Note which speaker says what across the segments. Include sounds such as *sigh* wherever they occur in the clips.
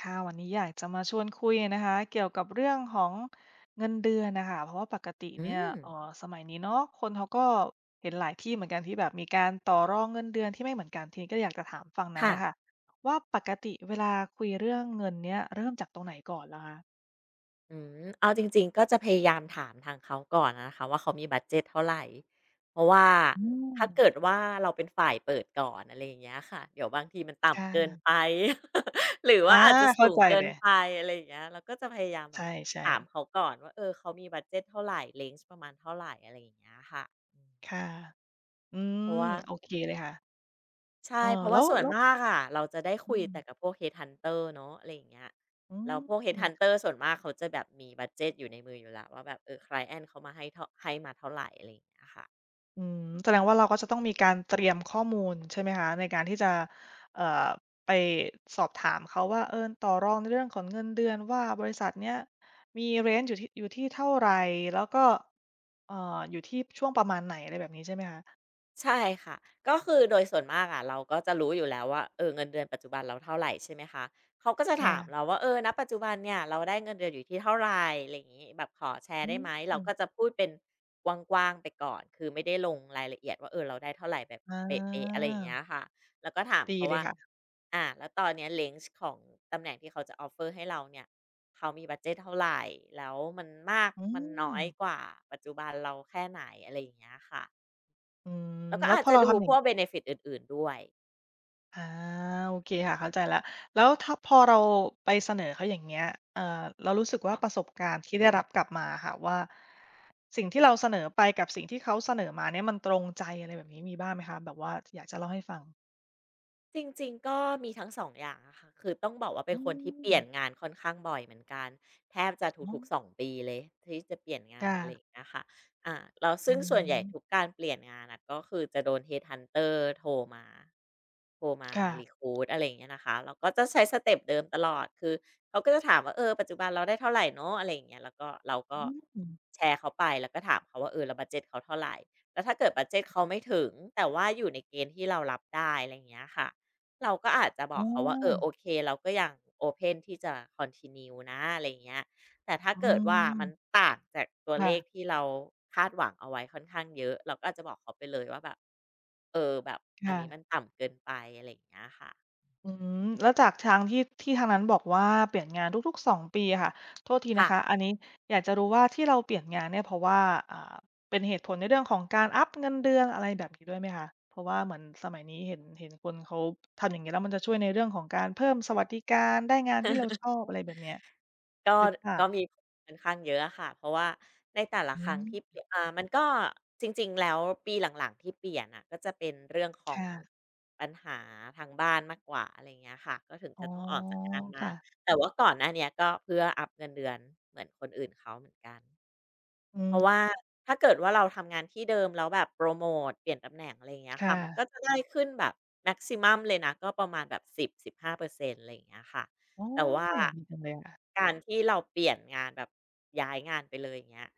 Speaker 1: ค่ะวันนี้อยากจะมาชวนคุยนะคะเกี่ยวกับเรื่องของเงินเดือนนะคะเพราะว่าปกติ
Speaker 2: อื
Speaker 1: เนี่ย
Speaker 2: ม
Speaker 1: สมัยนี้เนาะคนเขาก็เห็นหลายที่เหมือนกันที่แบบมีการต่อรองเงินเดือนที่ไม่เหมือนกันทีนี้ก็อยากจะถามฝั่งนั้น
Speaker 2: ค่ะ
Speaker 1: นะคะว่าปกติเวลาคุยเรื่องเงินเนี่ยเริ่มจากตรงไหนก่อนลหรคะ
Speaker 2: อืมเอาจริงๆก็จะพยายามถามทางเขาก่อนนะคะว่าเขามีบัดเจตเท่าไรเพราะว่า
Speaker 1: อืม
Speaker 2: ถ้าเกิดว่าเราเป็นฝ่ายเปิดก่อนอะไรอย่างเงี้ยค่ะเดี๋ยวบางทีมันต่ำเกิน
Speaker 1: ค่ะ
Speaker 2: ไป *laughs* หรือว่า
Speaker 1: อา
Speaker 2: อาจจะ
Speaker 1: เข้า
Speaker 2: สูง
Speaker 1: ใจ
Speaker 2: เกิ
Speaker 1: เล
Speaker 2: น
Speaker 1: ย
Speaker 2: ไปอะไรอย่างเงี้ยเราก็จะพยายามแบบ
Speaker 1: ใช่ใช่
Speaker 2: ถามเขาก่อนว่าเออเขามีบัดเจตเท่าไรเรนจ์ประมาณเท่าไรอะไรอย่างเงี้ยค่ะอืม
Speaker 1: ค่ะอื
Speaker 2: เพราะ
Speaker 1: ม
Speaker 2: ว่า
Speaker 1: โอเคเลยค่ะ
Speaker 2: ใช่
Speaker 1: เออ
Speaker 2: เพราะ
Speaker 1: แล้
Speaker 2: ว่า
Speaker 1: ว
Speaker 2: ส่วน
Speaker 1: แล้ว
Speaker 2: มากอะเราจะได้คุ
Speaker 1: อื
Speaker 2: ยแต่กับ
Speaker 1: ม
Speaker 2: พวก headhunter เนาะอะไรอย่างเงี้ย
Speaker 1: อ
Speaker 2: แล้วพวก
Speaker 1: ืม
Speaker 2: headhunter ส่วนมากเขาจะแบบมีบัดเจตอยู่ในมืออยู่แล้วว่าแบบเออไคลเอนต์เขามาให้เท่าให้มาเท่าไรอะไรอย่างเงี้ยค่ะ
Speaker 1: อืมแสดงว่าเราก็จะต้องมีการเตรียมข้อมูลใช่ไหมคะในการที่จะเอ่อไปสอบถามเขาว่าต่อรองในเรื่องของเงินเดือนว่าบริษัทเนี้ยมีเรนจ์อยู่ที่อยู่ที่เท่าไรแล้วก็เอ่ออยู่ที่ช่วงประมาณไหนอะไรแบบนี้ใช่ไหมคะ
Speaker 2: ใช่ค่ะก็คือโดยส่วนมากอะเราก็จะรู้อยู่แล้วว่าเออเงินเดือนปัจจุบันเราเท่าไหรใช่ไหมคะเขาก็จะถาม
Speaker 1: ค่ะ
Speaker 2: เราว่าเออณปัจจุบันเนี่ยเราได้เงินเดือนอยู่ที่เท่าไหรอะไรอย่างงี้แบบขอแชร์ได้
Speaker 1: อื
Speaker 2: ไหม
Speaker 1: ม
Speaker 2: เราก็จะพูดเป็นกว้างๆไปก่อนคือไม่ได้ลงรายละเอียดว่าเออเราได้เท่าไหรแบบ
Speaker 1: อา
Speaker 2: เป๊ะๆอะไรอย่างเงี้ยค่ะแล้วก็ถาม
Speaker 1: ดี
Speaker 2: เขา
Speaker 1: เลย
Speaker 2: ว่า
Speaker 1: ค่ะ
Speaker 2: อะแล้วตอนเนี้ยเล n ของตำแหน่งที่เขาจะ offer ให้เราเนี่ยเขามีบัดเจตเท่าไหรแล้วมันมาก
Speaker 1: อื
Speaker 2: มันน้อ
Speaker 1: ม
Speaker 2: ยกว่าปัจจุบันเราแค่ไหนอะไรอย่างเงี้ยค่ะ
Speaker 1: อืม
Speaker 2: แล้วก็
Speaker 1: แล้ว
Speaker 2: อาจ
Speaker 1: พอ
Speaker 2: จะ
Speaker 1: เรา
Speaker 2: ดู
Speaker 1: ทำอ
Speaker 2: พ
Speaker 1: ย่าง
Speaker 2: วกเบเนฟิตอื่นๆด้วย
Speaker 1: อาโอเคค่ะเข้าใจแล้วแล้วถ้าพอเราไปเสนอเขาอย่างเงี้ยเอ่อเรารู้สึกว่าประสบการณ์ที่ได้รับกลับมาอะค่ะว่าสิ่งที่เราเสนอไปกับสิ่งที่เขาเสนอมาเนี่ยมันตรงใจอะไรแบบนี้มีบ้างไหมคะแบบว่าอยากจะเล่าให้ฟัง
Speaker 2: จริงๆก็มีทั้งสองอย่างอะค่ะคือต้องบอกว่าเป็
Speaker 1: อื
Speaker 2: นคนที่เป
Speaker 1: ม
Speaker 2: ลี่ยนงานค่อนข้างบ่อยเหมือนกันแทบจะ
Speaker 1: อ๋อ
Speaker 2: ทุกๆ2ปีเลยที่จะเปลี่ยนงานอะไรอย่า
Speaker 1: ค่ะ
Speaker 2: งเงี้ยค่ะอ่าแล้วซึ่
Speaker 1: อื
Speaker 2: งส่วนใหญ่ทุก
Speaker 1: ม
Speaker 2: การเปลี่ยนงานน่ะก็คือจะโดน headhunter โทรมาโทรมา
Speaker 1: ค่ะ
Speaker 2: recruit อะไรอย่างเงี้ยนะคะเราก็จะใช้สเต็ปเดิมตลอดคือเขาก็จะถามว่าเออปัจจุบันเราได้เท่าไรเนาะอะไรอย่างเงี้ยแล้วก็เรา
Speaker 1: อ
Speaker 2: ก็
Speaker 1: ืม
Speaker 2: แชร์เขาไปแล้วก็ถามเขาว่าเออแล้วบัดเจตเขาเท่าไรแล้วถ้าเกิดบัดเจตเขาไม่ถึงแต่ว่าอยู่ในเกณฑ์ที่เรารับได้อะไรอย่างเงี้ยค่ะ เราก็อาจจะบ
Speaker 1: อ
Speaker 2: อกเขาว่าเออโอ
Speaker 1: า
Speaker 2: เคเราก็ยังโอเพนที่จะ continue นะอะไรอย่างเงี้ยแต่ถ้า
Speaker 1: อื
Speaker 2: เกิดว่ามัน
Speaker 1: ม
Speaker 2: ต่างจากตัวเลข
Speaker 1: ค่ะ
Speaker 2: ที่เราคาดหวังเอาไว้ค่อนข้างเยอะเราก็อาจจะบอกเขาไปเลยว่าแบบเออแบบอันนี้มัน
Speaker 1: ค่ะ
Speaker 2: ต่ำเกินไปอะไรอย่างเงี้ยค่ะ
Speaker 1: อืมแล้วจากทางที่ทางนั้นบอกว่าเปลี่ยนงานทุกๆสองปีอะค่ะโทษทีนะ
Speaker 2: ค่ะ
Speaker 1: คะอันนี้อยากจะรู้ว่าที่เราเปลี่ยนงานเนี่ยเพราะว่าอ่าเป็นเหตุผลในเรื่องของการอัปเงินเดือนอะไรแบบนี้ด้วยไหมคะเพราะว่าเหมือนสมัยนี้เห็นคนเขาทำอย่างงี้แล้วมันจะช่วยในเรื่องของการเพิ่มสวัสดิการได้งานที่เราชอบอะไรแบบเนี้ย
Speaker 2: ก็
Speaker 1: หรือเปล่า
Speaker 2: มีผลค่อนข้างเยอะอะค่ะเพราะว่าในแต่ละ
Speaker 1: อื
Speaker 2: ครั้งที่เป
Speaker 1: ม
Speaker 2: ลี่ยนมันก็จริงๆแล้วปีหลังๆที่เปลี่ยนน่ะก็จะเป็นเรื่องของ
Speaker 1: ค่ะ
Speaker 2: ปัญหาทางบ้านมากกว่าอะไรอย่างเงี้ยค่ะก็ถึงจะ
Speaker 1: อ๋อ
Speaker 2: ต้องออกจากงานมา
Speaker 1: ค่ะ
Speaker 2: แต่ว่าก่อนหน้าเนี้ยก็เพื่ออัปเงินเดือนเหมือนคนอื่นเขาเหมือนกัน
Speaker 1: อื
Speaker 2: เพ
Speaker 1: ม
Speaker 2: ราะว่าถ้าเกิดว่าเราทำงานที่เดิมแล้วแบบโปรโมตเปลี่ยนตำแหน่งอะไรอย่างเงี้ยค่ะมันก็
Speaker 1: ค่ะ
Speaker 2: จะได้ขึ้นแบบแม็กซิมัมเลยนะก็ประมาณแบบ10-15%อร์เซ็นต์อะไรอย่างเงี้ยค่ะ
Speaker 1: อ๋อ
Speaker 2: แต่ว่า
Speaker 1: ดีจังเลยค่ะ
Speaker 2: การที่เราเปลี่ยนงานแบบย้ายงานไปเลยอย่างเงี้ย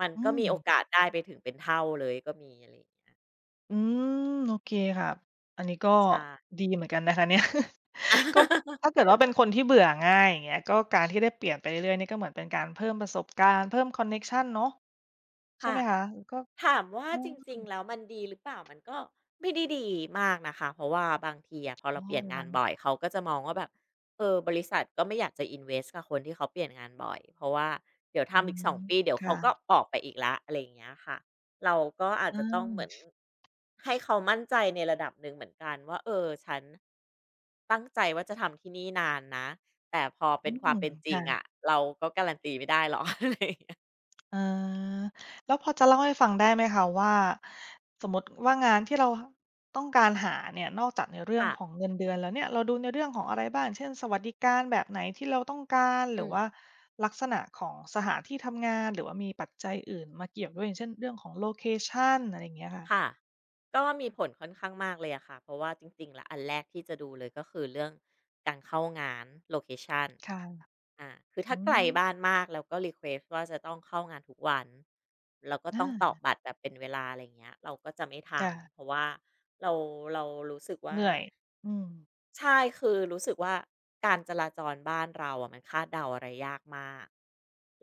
Speaker 2: มัน
Speaker 1: อื
Speaker 2: ก็มี
Speaker 1: ม
Speaker 2: โอกาสได้ไปถึงเป็นเท่าเลยก็มีอะไรอย่างเงี้ย
Speaker 1: อืมโอเคครับอันนี้ก็
Speaker 2: ใช่
Speaker 1: ดีเหมือนกันนะคะเนี่ย *laughs* ก็
Speaker 2: *laughs*
Speaker 1: ถ้าเกิดว่าเป็นคนที่เบื่อง่ายอย่างเงี้ยก็การที่ได้เปลี่ยนไปเรื่อยๆนี่ก็เหมือนเป็นการเพิ่มประสบการณ์เพิ่มคอนเน็กชันเนาะใช่
Speaker 2: ค่ะ
Speaker 1: ไหมคะก็
Speaker 2: ถามว่า
Speaker 1: อ๋
Speaker 2: จริ
Speaker 1: อ
Speaker 2: งๆแล้วมันดีหรือเปล่ามันก็ไม่ได้ดีมากนะคะเพราะว่าบางทีอะพอ
Speaker 1: อ๋
Speaker 2: เรา
Speaker 1: อ
Speaker 2: เปลี่ยน
Speaker 1: เหรอ
Speaker 2: งานบ่
Speaker 1: คะ
Speaker 2: อยเขาก็จะมองว่าแบบเออบริษัทก็ไม่อยากจะ invest กับคนที่เขาเปลี่ยนงานบ่อยเพราะว่าเดี๋ยว
Speaker 1: อื
Speaker 2: ทำอีก
Speaker 1: ม
Speaker 2: 2 ปีเดี๋ยวเขา
Speaker 1: ค่ะ
Speaker 2: ก็ออกไปอีกแล้วอะไรอย่างเงี้ยค่ะเราก็อาจ
Speaker 1: อื
Speaker 2: จะต้องเหมือน
Speaker 1: ม
Speaker 2: ให้เขามั่นใจในระดับหนึ่งเหมือนกันว่าเออฉันตั้งใจว่าจะทำที่นี่นานนะแต่พอ
Speaker 1: อื
Speaker 2: เป็นควา
Speaker 1: ม
Speaker 2: มเป็นจริงอะ
Speaker 1: ค่ะ
Speaker 2: เราก็การันตีไม่ได้หรอก *laughs* อะไรอย่างเงี้ย
Speaker 1: อาแล้วพอจะเล่าให้ฟังได้ไหมคะว่าสมมุติว่างานที่เราต้องการหาเนี่ยนอกจากในเรื่อง
Speaker 2: ค่ะ
Speaker 1: ของเงินเดือนแล้วเนี่ยเราดูในเรื่องของอะไรบ้างเช่นสวัสดิการแบบไหนที่เราต้องการห
Speaker 2: อื
Speaker 1: รือ
Speaker 2: ม
Speaker 1: ว่าลักษณะของสถานที่ทำงานหรือว่ามีปัจจัยอื่นมาเกี่ยวด้วยอย่างเช่นเรื่องของโลเคชันอะไรอย่างเงี้ยค่ะ
Speaker 2: ค่ะก็มีผลค่อนข้างมากเลยอะค่ะเพราะว่าจริงๆแล้วอันแรกที่จะดูเลยก็คือเรื่องการเข้างานโลเคชัน
Speaker 1: ค่ะ
Speaker 2: คือถ้า
Speaker 1: อื
Speaker 2: ไกล
Speaker 1: ม
Speaker 2: บ้านมากแล้วก็รีเควสต์ว่าจะต้องเข้างานทุกวันแล้วก็
Speaker 1: อา
Speaker 2: ต้องตอกบัตรแบบเป็นเวลาอะไรเงี้ยเราก็จะไม่ท
Speaker 1: ค่ะ
Speaker 2: ำเพราะว่าเราเรารู้สึก
Speaker 1: เห
Speaker 2: ว่า
Speaker 1: นื่อยอืม
Speaker 2: ใช่คือรู้สึกว่าการจราจรบ้านเราอะมันคาดเดาอะไรยากมาก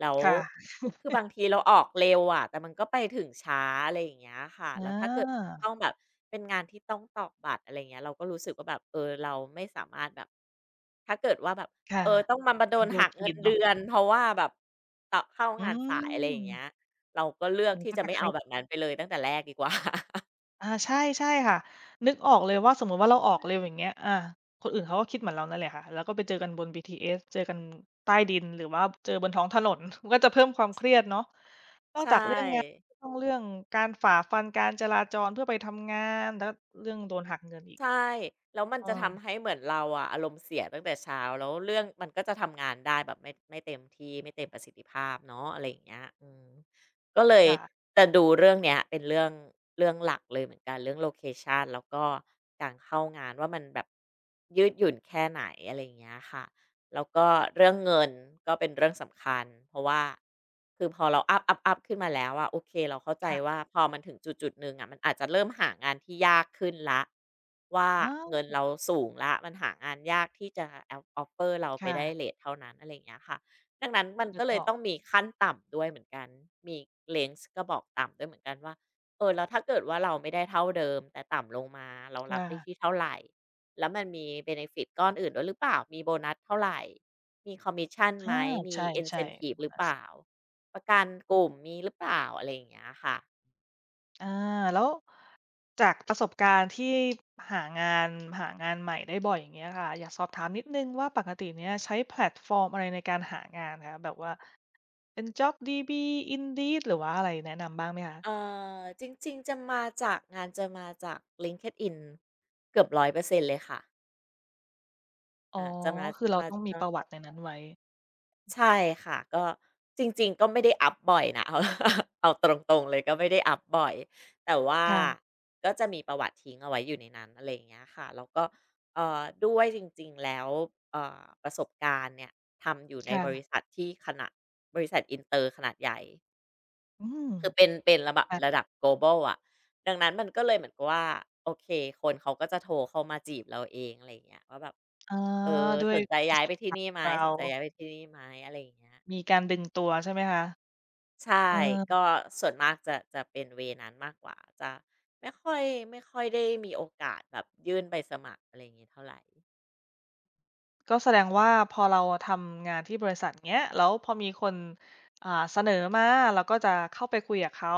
Speaker 2: แล้ว
Speaker 1: ค่ะ
Speaker 2: คือบางทีเราออกเร็วอะแต่มันก็ไปถึงช้าอะไรอย่างเงี้ยค่ะ
Speaker 1: อ
Speaker 2: แล้วถ้าเกิด
Speaker 1: า
Speaker 2: ต้องแบบเป็นงานที่ต้องตอกบัตรอะไรเงี้ยเราก็รู้สึกว่าแบบเออเราไม่สามารถแบบถ้าเกิดว่าแบบ
Speaker 1: ค่ะ
Speaker 2: เออต้องมาโด
Speaker 1: เป็น
Speaker 2: นหักเงิน
Speaker 1: routine
Speaker 2: เดื
Speaker 1: เนาะ
Speaker 2: อนเพราะว่าแบบตอเข้า
Speaker 1: อื
Speaker 2: งานสายอะไรอย่างเงี้ย
Speaker 1: ม
Speaker 2: เราก็เลือก
Speaker 1: มัน
Speaker 2: ที่
Speaker 1: ก็
Speaker 2: จะ
Speaker 1: จะ
Speaker 2: ไม่
Speaker 1: เค
Speaker 2: เอา
Speaker 1: รีย
Speaker 2: แบ
Speaker 1: ด
Speaker 2: บนั้นไปเลยตั้งแต่แรกดีกว่า *laughs*
Speaker 1: อาใช่ใช่ค่ะนึกออกเลยว่าสมมุติว่าเราออกเร็วอย่างเงี้ยอาคนอื่นเขาก็คิดเหมือนเรานั่นแหละค่ะแล้วก็ไปเจอกันบนบีทีเอสเจอกันใต้ดินหรือว่าเจอบนท้องถนน *laughs* มันก็จะเพิ่มความเครียดเนาะนอก
Speaker 2: ใช่
Speaker 1: จากเรื่องงานก็ต้องเรื่องการฝ่าฟันการจราจรเพื่อไปทำงานแล้วเรื่องโดนหักเงินอีก
Speaker 2: ใช่แล้วมัน
Speaker 1: เอ
Speaker 2: จะ
Speaker 1: อ
Speaker 2: ทำให้เหมือนเราอะอารมณ์เสียตั้งแต่เช้าแล้วเรื่องมันก็จะทำงานได้แบบไม่เต็มที่ไม่เต็มประสิทธิภาพเนาะอะไรอย่างเงี้ยอืมก็เลย
Speaker 1: ค่ะ
Speaker 2: จะดูเรื่องเนี้ยเป็นเรื่องเรื่องหลักเลยเหมือนกันเรื่องโลเคชันแล้วก็การเข้างานว่ามันแบบยืดหยุ่นแค่ไหนอะไรอย่างเงี้ยค่ะ แล้วก็เรื่องเงินก็เป็นเรื่องสำคัญเพราะว่าคือพอเราอัพขึ้นมาแล้วอะโอเคเราเข้าใจ
Speaker 1: ค่ะ
Speaker 2: ว่าพอมันถึงจุดๆหนึ่งอะมันอาจจะเริ่มหางานที่ยากขึ้นละว่า
Speaker 1: อ
Speaker 2: เงิน
Speaker 1: า
Speaker 2: เราสูงละมันหางานยากที่จะออฟเฟอร์เราไปได้เล
Speaker 1: ค่ะ
Speaker 2: ทเท่านั้นอะไรอย่างเงี้ยค่ะดังนั้นมั
Speaker 1: อา
Speaker 2: น
Speaker 1: นึ
Speaker 2: ก็
Speaker 1: ก
Speaker 2: เล
Speaker 1: อ
Speaker 2: ย
Speaker 1: อก
Speaker 2: ต้องมีขั้นต่ำด้วยเหมือนกันมี range ก็บอกต่ำด้วยเหมือนกันว่าเออแล้วถ้าเกิดว่าเราไม่ได้เท่าเดิมแต่ต่ำลงมาเรารับ
Speaker 1: ค่ะ
Speaker 2: ได้ที่เท่าไหร แล้วมันมี benefit ก้อนอื่นด้วยหรือเปล่า มีโบนัสเท่าไรมีคอมมิชชันไห
Speaker 1: อา
Speaker 2: ม มี
Speaker 1: ใช่
Speaker 2: incentive หรือเปล่า ประกันกลุ่มมีหรือเปล่าอะไรอย่างเงี้ยค่ะ
Speaker 1: ๆอาแล้ว จากประสบการณ์ที่หางานหางานใหม่ได้บ่อยอย่างเงี้ยค่ะอยากสอบถามนิดหนึ่งว่าปกติเนี้ยใช้แพลตฟอร์มอะไรในการหางานคะแบบว่าเป็น JobDB Indeed หรือว่าอะไรแนะนำบ้างไหมคะ
Speaker 2: เอ่จริงๆ จะมาจากงานจะมาจาก LinkedIn เกือบ100%เลยค่ะ
Speaker 1: อ๋อ
Speaker 2: อาจะมา
Speaker 1: คือเรา
Speaker 2: มา
Speaker 1: ต้องมี
Speaker 2: จะ
Speaker 1: ประวัติในนั้นไว้
Speaker 2: ใช่ค่ะก็จริงๆก็ไม่ได้อัปบ่อยนะ *laughs* เอา *laughs* เอาตรงๆเลยก็ไม่ได้อัปบ่อยแต่ว่า
Speaker 1: ค่ะ
Speaker 2: ก็จะมีประวัติทิ้งเอาไว้อยู่ในนั้นอะไรอย่างเงี้ยค่ะแล้วก็ด้วยจริงๆแล้วประสบการณ์เนี่ยทำอยู่ในบริ
Speaker 1: ค่ะ
Speaker 2: ษัทที่ขนาดบริษัทอินเตอร์ขนาดใหญ่
Speaker 1: อืม
Speaker 2: คือเป็นระบับระ
Speaker 1: ค่ะ
Speaker 2: ดับ global อะดังนั้นมันก็เลยเหมือนกับว่าโอเคคนเขาก็จะโทรเข้ามาจีบเราเองอะไรอย่างเงี้ยว่าแบบ
Speaker 1: อา
Speaker 2: เออ
Speaker 1: ด้ว
Speaker 2: ส
Speaker 1: ย
Speaker 2: นใจ
Speaker 1: ประ
Speaker 2: ย้าย
Speaker 1: ส
Speaker 2: ไป
Speaker 1: บ
Speaker 2: ที่
Speaker 1: การ
Speaker 2: นี่
Speaker 1: ณ์
Speaker 2: ไหม
Speaker 1: เร
Speaker 2: สนใจย้ายไป
Speaker 1: า
Speaker 2: ที่นี่ไหมอะไรอย่างเงี้ย
Speaker 1: มีการดึงตัวใช่ไหมคะ
Speaker 2: ใช่
Speaker 1: เ
Speaker 2: ก็
Speaker 1: ออ
Speaker 2: ส่วนมากจะเป็นเวย์นั้นมากกว่าจะไม่ค่อยไม่ค่อยได้มีโอกาสแบบยื่นใบสมัครอะไรอย่างงี้เท่าไร
Speaker 1: ก็แสดงว่าพอเราทำงานที่บริษัทเงี้ยแล้วพอมีคนอ่าเสนอมาเราก็จะเข้าไปคุยกับเขา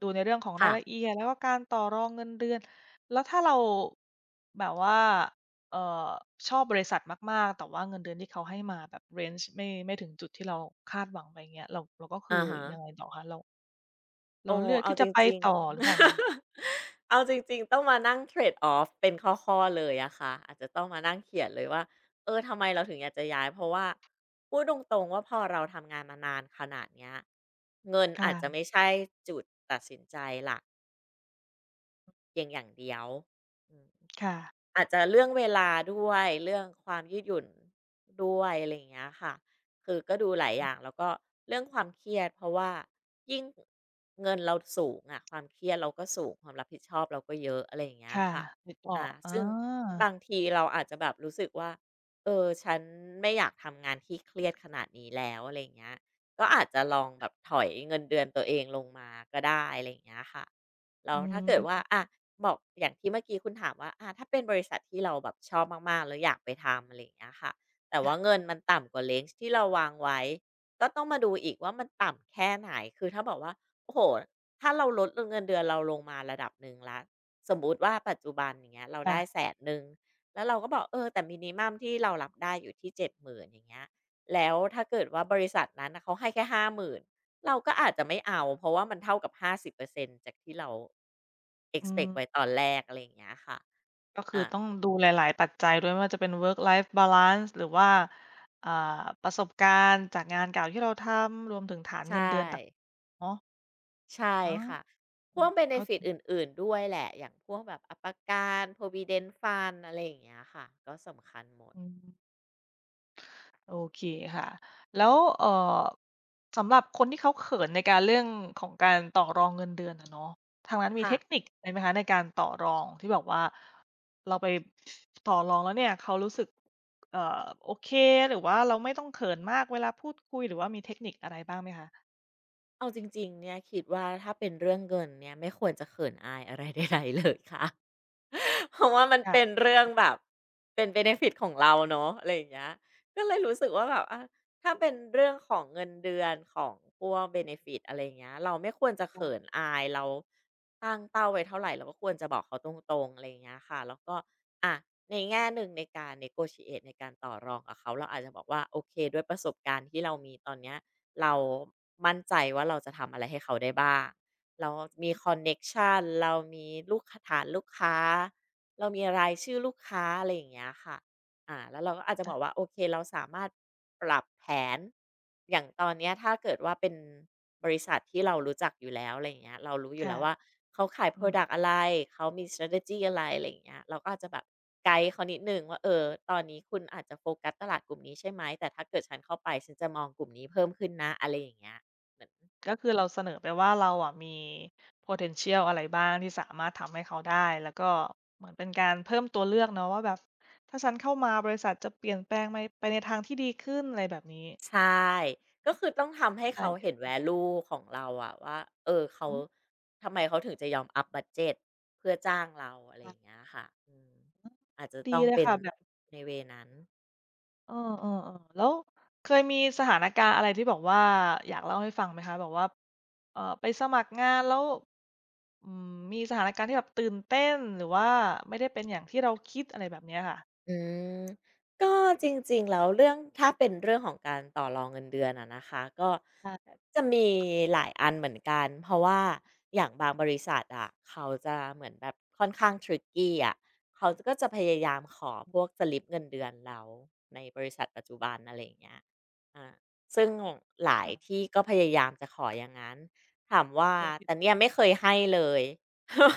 Speaker 1: ดูในเรื่องของรายละ
Speaker 2: ค่ะ
Speaker 1: เอียดแล้วก็การต่อรองเงินเดือนแล้วถ้าเราแบบว่าเอ่อชอบบริษัทมากๆแต่ว่าเงินเดือนที่เขาให้มาแบบเรนจ์ไม่ถึงจุดที่เราคาดหวังไปเงี้ยเราก็คือ
Speaker 2: อะฮะ
Speaker 1: ยังไงต่อคะเรา
Speaker 2: โอ้
Speaker 1: เลือก
Speaker 2: เอา
Speaker 1: ที่
Speaker 2: จ
Speaker 1: จะไป
Speaker 2: ริง
Speaker 1: ต่อห
Speaker 2: ๆ
Speaker 1: รือเปล่าคะ
Speaker 2: *laughs* เอาจริงๆต้องมานั่ง trade off เป็นข้อๆเลยอะค่ะอาจจะต้องมานั่งเขียนเลยว่าเออทำไมเราถึงอยากจะย้ายเพราะว่าพูดตรงๆว่าพอเราทำงานมานานขนาดเนี้ยเงินอาจจะ
Speaker 1: ค่ะ
Speaker 2: ไม่ใช่จุดตัดสินใจหลัก เพียงอย่างเดียวอืม
Speaker 1: ค่ะ
Speaker 2: อาจจะเรื่องเวลาด้วยเรื่องความยืดหยุ่นด้วยอะไรอย่างเงี้ยค่ะคือก็ดูหลายอย่างแล้วก็เรื่องความเครียดเพราะว่ายิ่งเงินเราสูงอะความเครียดเราก็สูงความรับผิดชอบเราก็เยอะอะไรอย่างเงี้ย
Speaker 1: ค่ะ
Speaker 2: ค่ะ
Speaker 1: นึกออ
Speaker 2: อ่า
Speaker 1: กอ
Speaker 2: ซึ่ง
Speaker 1: า
Speaker 2: บางทีเราอาจจะแบบรู้สึกว่าเออฉันไม่อยากทำงานที่เครียดขนาดนี้แล้วอะไรอย่างเงี้ยก็อาจจะลองแบบถอยเงินเดือนตัวเองลงมาก็ได้อะไรอย่างเงี้ยค่ะแล้ว
Speaker 1: อื
Speaker 2: ถ้าเกิดว่า
Speaker 1: ม
Speaker 2: อะ บอกอย่างที่เมื่อกี้คุณถามว่าอาถ้าเป็นบริษัทที่เราแบบชอบมากๆแล้วอยากไปทำอะไรอย่างเงี้ยค่ะแต่
Speaker 1: ค่ะ
Speaker 2: ว่าเงินมันต่ำกว่าเ a n g e ที่เราวางไว้ ก็ต้องมาดูอีกว่ามันต่ำแค่ไหน คือถ้าบอกว่า โอ้โห ถ้าเราลดเงินเดือนเราลงมาระดับหนึ่งแล้วสมมุติว่าปัจจุบันอย่างเงี้ยเรา
Speaker 1: ค่ะ
Speaker 2: ได้100,000แล้วเราก็บอกเออแต่มินิมัมที่เรารับได้อยู่ที่7 0ื่นอย่างเงี้ยแล้วถ้าเกิดว่าบริษัทนั้นน่ะเขาให้แค่หาหมื่น เราก็อาจจะไม่เอาเพราะว่ามันเท่ากับ 50%จากที่เรา
Speaker 1: อืม
Speaker 2: expect ไว้ตอนแรกอะไรอย่างเงี้ยค่ะ
Speaker 1: ก็คือ
Speaker 2: อ่า
Speaker 1: ต้องดูหลายๆปัจจัยด้วยไม่ว่าจะเป็น work life balance หรือว่าอ่าประสบการณ์จากงานเก่าที่เราทำรวมถึงฐาน
Speaker 2: ใช่
Speaker 1: เงินเดือนต่างเนาะ
Speaker 2: ใช่
Speaker 1: อา
Speaker 2: ค่ะพวก
Speaker 1: เข้า
Speaker 2: benefit อื่นๆด้วยแหละ อย่างพวกแบบอ่าประกัน provident fund อะไรอย่างเงี้ยค่ะ ก็สำคัญหมด
Speaker 1: อืม โอเคค่ะแล้วสำหรับคนที่เขาเขินในการเรื่องของการต่อรองเงินเดือนอะเนาะทางนั้นมี
Speaker 2: ค่ะ
Speaker 1: เทคนิคอะไรไหมคะในการต่อรองที่แบบว่าเราไปต่อรองแล้วเนี่ยเขารู้สึกเอ่อโอเคหรือว่าเราไม่ต้องเขินมากเวลาพูดคุยหรือว่ามีเทคนิคอะไรบ้างไหมคะ
Speaker 2: เอาจริงๆเนี่ยคิดว่าถ้าเป็นเรื่องเงินเนี่ยไม่ควรจะเขินอายอะไร *laughs* ใดๆเลยค่ะ *laughs* เพราะว่ามัน
Speaker 1: ค่ะ
Speaker 2: เป็นเรื่องแบบเป็นเบเนฟิตของเราเนาะอะไรอย่างเงี้ยก็เลยรู้สึกว่าแบบอะถ้าเป็นเรื่องของเงินเดือนของพวกเบเนฟิตอะไรอย่างเงี้ยเราไม่ควรจะเขินอายเราตั้งเป้าไว้เท่าไหร่เราก็ควรจะบอกเขาตรงๆอะไรอย่างเงี้ยค่ะแล้วก็อะในแง่หนึ่งในการ negotiate ในการต่อรองกับเขาเราอาจจะบอกว่าโอเคด้วยประสบการณ์ที่เรามีตอนเนี้ย เรามั่นใจว่าเราจะทำอะไรให้เขาได้บ้าง เรามีคอนเน็กชันเรามีลูกค้าฐานลูกค้า เรามีรายชื่อลูกค้าอะไรอย่างเงี้ยค่ะ อ่าแล้วเราก็อาจจะบ
Speaker 1: อะ
Speaker 2: อกว่าโอเคเราสามารถปรับแผนอย่างตอนเนี้ยถ้าเกิดว่าเป็นบริษัทที่เรารู้จักอยู่แล้วอะไรอย่างเงี้ยเรารู้อยู่แล้วว่า
Speaker 1: ค่ะ
Speaker 2: เขาขายพรักต์อะไรเขามี strategy อะไรอะไรอย่างเงี้ยเราก็อาจจะแบบไกด์เขานิดหนึ่งว่าเออตอนนี้คุณอาจจะโฟกัสตลาดกลุ่มนี้ใช่ไหมแต่ถ้าเกิดฉันเข้าไปฉันจะมองกลุ่มนี้เพิ่มขึ้นนะอะไรอย่างเงี้ย
Speaker 1: ก็คือเราเสนอไปว่าเราอะมี potential อะไรบ้างที่สามารถทำให้เขาได้แล้วก็เหมือนเป็นการเพิ่มตัวเลือกเนาะว่าแบบถ้าฉันเข้ามาบริษัทจะเปลี่ยนแปลงไปในทางที่ดีขึ้นอะไรแบบนี้
Speaker 2: ใช่ ก็คือต้องทำให้
Speaker 1: ใช่
Speaker 2: เขา
Speaker 1: เล
Speaker 2: เห็น
Speaker 1: ย
Speaker 2: value ของเราอะว่าเออเขา
Speaker 1: อืม
Speaker 2: ทำไมเขาถึงจะยอมอัพบัดเจตเพื่อจ้างเราอะไรอย่าง
Speaker 1: อ่ะ
Speaker 2: เงี้ยค่ะอืมอาจจะ
Speaker 1: ดี
Speaker 2: ต้อง
Speaker 1: เลย
Speaker 2: เป็น
Speaker 1: ค่ะแบบ
Speaker 2: ในเวย์นั้น
Speaker 1: เออแล้วเคยมีสถานการณ์อะไรที่บอกว่าอยากเล่าให้ฟังไหมคะแบบว่าเออไปสมัครงานแล้วอืมมีสถานการณ์ที่แบบตื่นเต้นหรือว่าไม่ได้เป็นอย่างที่เราคิดอะไรแบบเนี้ยค่ะ
Speaker 2: อืมก็จริงๆแล้วเรื่องถ้าเป็นเรื่องของการต่อรองเงินเดือนอะนะคะก็
Speaker 1: ค่
Speaker 2: จะมีหลายอันเหมือนกันเพราะว่าอย่างบางบริษัทอะเขาจะเหมือนแบบค่อนข้าง tricky อะเขาก็จะพยายามขอพวกสลิปเงินเดือนเราในบริษัทปัจจุบันอะไรอย่างเงี้ยอาซึ่งหลาย
Speaker 1: า
Speaker 2: ที่ก็พยายามจะขออย่างงั้นถามว่าแต่เนี่
Speaker 1: ่
Speaker 2: ยไม่เคยให้เลย *laughs*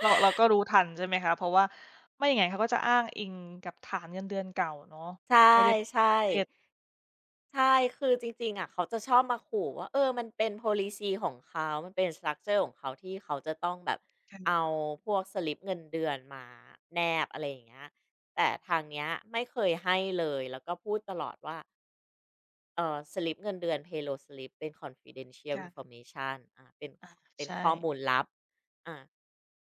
Speaker 1: เราก็รู้ทันใช่ไหมคะเพราะว่าไม่อย่างงั้นเขาก็จะอ้างอิงกับฐานเงินเดือนเก่าเนาะ
Speaker 2: ใช่
Speaker 1: ไม่ได้เจ็ด
Speaker 2: ๆ ใช่ คือจริงๆอะเขาจะชอบมาขู่ว่าเออ มันเป็น Policy ของเขา มันเป็น structure ของเขาที่เขาจะต้องแบบเอา
Speaker 1: ค่ะ
Speaker 2: พวกสลิปเงินเดือนมาแนบอะไรอย่างเงี้ยแต่ทางเนี้ยไม่เคยให้เลย แล้วก็พูดตลอดว่า สลิปเงินเดือน Payroll Slip เป็น confidential
Speaker 1: ค่ะ
Speaker 2: information อ่าเป็น
Speaker 1: อาใช่
Speaker 2: ข้อมูลลับอ่า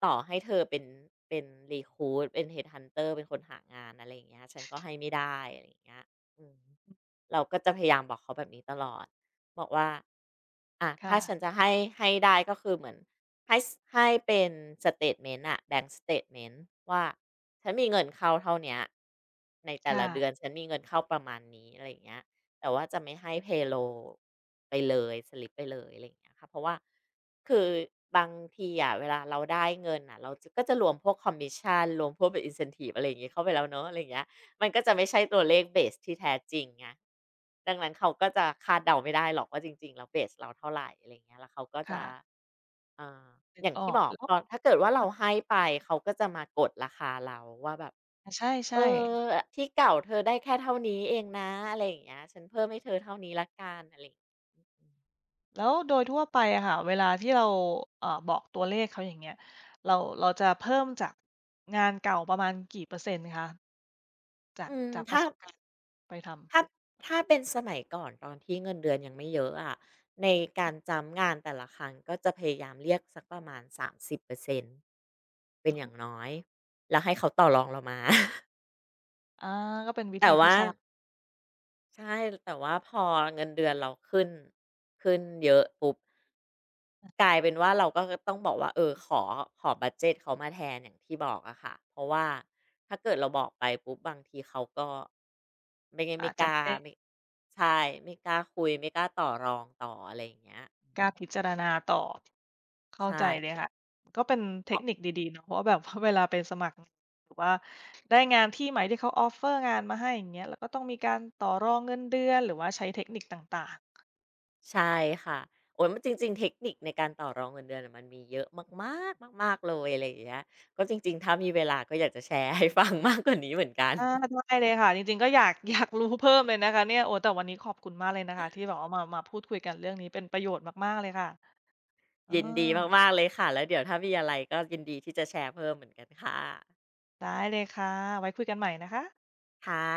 Speaker 2: ต่อให้เธอเป็นเป็น recruit เป็น headhunter เป็นคนหางานอะไรอย่างเงี้ยฉันก็ให้ไม่ได้อะไรอย่างเงี้ยอืมเราก็จะพยายามบอกเขาแบบนี้ตลอดบอกว่าอ่าถ้า
Speaker 1: ค่ะ
Speaker 2: ฉันจะให้ให้ได้ก็คือเหมือนให้เป็น statement อะแ a ง k statement ว่าฉันมีเงินเข้าเท่าเนี้ยในแต่ละเดือน
Speaker 1: ค่ะ
Speaker 2: ฉันมีเงินเข้าประมาณนี้อะไรอย่างเงี้ย แต่ว่าจะไม่ให้ payroll ไปเลยสลิปไปเลยอะไรอย่างเงี้ยค่ะเพราะว่าคือบางทีอะเวลาเราได้เงินอ่ะเราจะก็จะรวมพวกคอมมิชชันรวมพวกแบบ incentive อะไรอย่างงี้เข้าไปแล้วเนาะอะไรอย่างเงี้ยมันก็จะไม่ใช่ตัวเลขเบสที่แท้จริงไงดังนั้นเขาก็จะคาดเดาไม่ได้หรอกว่าจริงๆแล้วเบสเราเท่าไรอะไรอย่างเงี้ยแล้วเขาก็จะ
Speaker 1: ค่ะ
Speaker 2: อ่า
Speaker 1: นึ
Speaker 2: อ
Speaker 1: ก
Speaker 2: ย่าง
Speaker 1: อ
Speaker 2: ที่
Speaker 1: อก
Speaker 2: บอก
Speaker 1: แล้ว
Speaker 2: พอถ้าเกิดว่าเราให้ไปเขาก็จะมากดราคาเราว่าแบบ
Speaker 1: อา
Speaker 2: เอ
Speaker 1: ใช่
Speaker 2: อ
Speaker 1: ๆ
Speaker 2: ที่เก่าเธอได้แค่เท่านี้เองนะอะไรอย่างเงี้ยฉันเพิ่มให้เธอเท่านี้ละกันอะไรอย่างงี้อืม
Speaker 1: แล้วโดยทั่วไปอะค่ะเวลาที่เราบอกตัวเลขเขาอย่างเงี้ยเราเราจะเพิ่มจากงานเก่าประมาณกี่เปอร์เซ็นต์คะจากจากป
Speaker 2: ถ้า
Speaker 1: ระสบการณ์ไปทำ
Speaker 2: ถ้าถ้าเป็นสมัยก่อนตอนที่เงินเดือนยังไม่เยอะอะในการจัมป์งานแต่ละครั้งก็จะพยายามเรียกสักประมาณ30%เปอร์เซ็นต์เป็นอย่างน้อยแล้วให้เขาต่อรองเรามา *laughs*
Speaker 1: อาก็เป็นวิ
Speaker 2: แต่
Speaker 1: ธีที่
Speaker 2: ว่า
Speaker 1: ฉลาด
Speaker 2: ใช่แต่ว่าพอเงินเดือนเราขึ้นขึ้นเยอะปุ๊บ กลายเป็นว่าเราก็ต้องบอกว่าเออขอขอบัดเจตเขามาแทนอย่างที่บอกอะค่ะเพราะว่าถ้าเกิดเราบอกไปปุ๊บบางทีเขาก็ไม่
Speaker 1: อา
Speaker 2: ไม่
Speaker 1: จ
Speaker 2: ก
Speaker 1: จะ
Speaker 2: ล้า
Speaker 1: ไม่ได้
Speaker 2: ไม่ใช่ไม่กล้าคุยไม่กล้าต่อรองต่ออะไรอย่างเงี้ย
Speaker 1: กล้าพิจารณาต่อเข้า
Speaker 2: ใช่
Speaker 1: ใจเลยค่ะก็เป็น
Speaker 2: เพ
Speaker 1: เทค
Speaker 2: ราะ
Speaker 1: นิคดีๆเนาะว่าแบบ *laughs* ว่าเวลาไปสมัครหรือว่าได้งานที่ใหม่ที่เขาออฟเฟอร์งานมาให้อย่างเงี้ยเราก็ต้องมีการต่อรองเงินเดือนหรือว่าใช้เทคนิคต่างๆ
Speaker 2: ใช่ค่ะโอ๊ยมันจริงๆเทคนิคในการต่อรองเงินเดือนน่ะมันมีเยอะมากๆมากๆเลยอะไรอย่างเงี้ยก็จริงๆถ้ามีเวลาก็อยากจะแชร์ให้ฟังมากกว่านี้เหมือนกัน
Speaker 1: อาได้เลยค่ะจริงๆก็อยาก *laughs* อยากรู้เพิ่มเลยนะคะเนี่ยโอ้แต่วันนี้ขอบคุณมากเลยนะคะที่แบบว่ามาพูดคุยกันเรื่องนี้เป็นประโยชน์มากๆเลยค่ะเออ
Speaker 2: *laughs* ยินดีมากๆเลยค่ะแล้วเดี๋ยวถ้ามีอะไรก็ยินดีที่จะแชร์เพิ่มเหมือนกันค่ะ
Speaker 1: ได้เลยค่ะไว้คุยกันใหม่นะคะ
Speaker 2: ค่ะ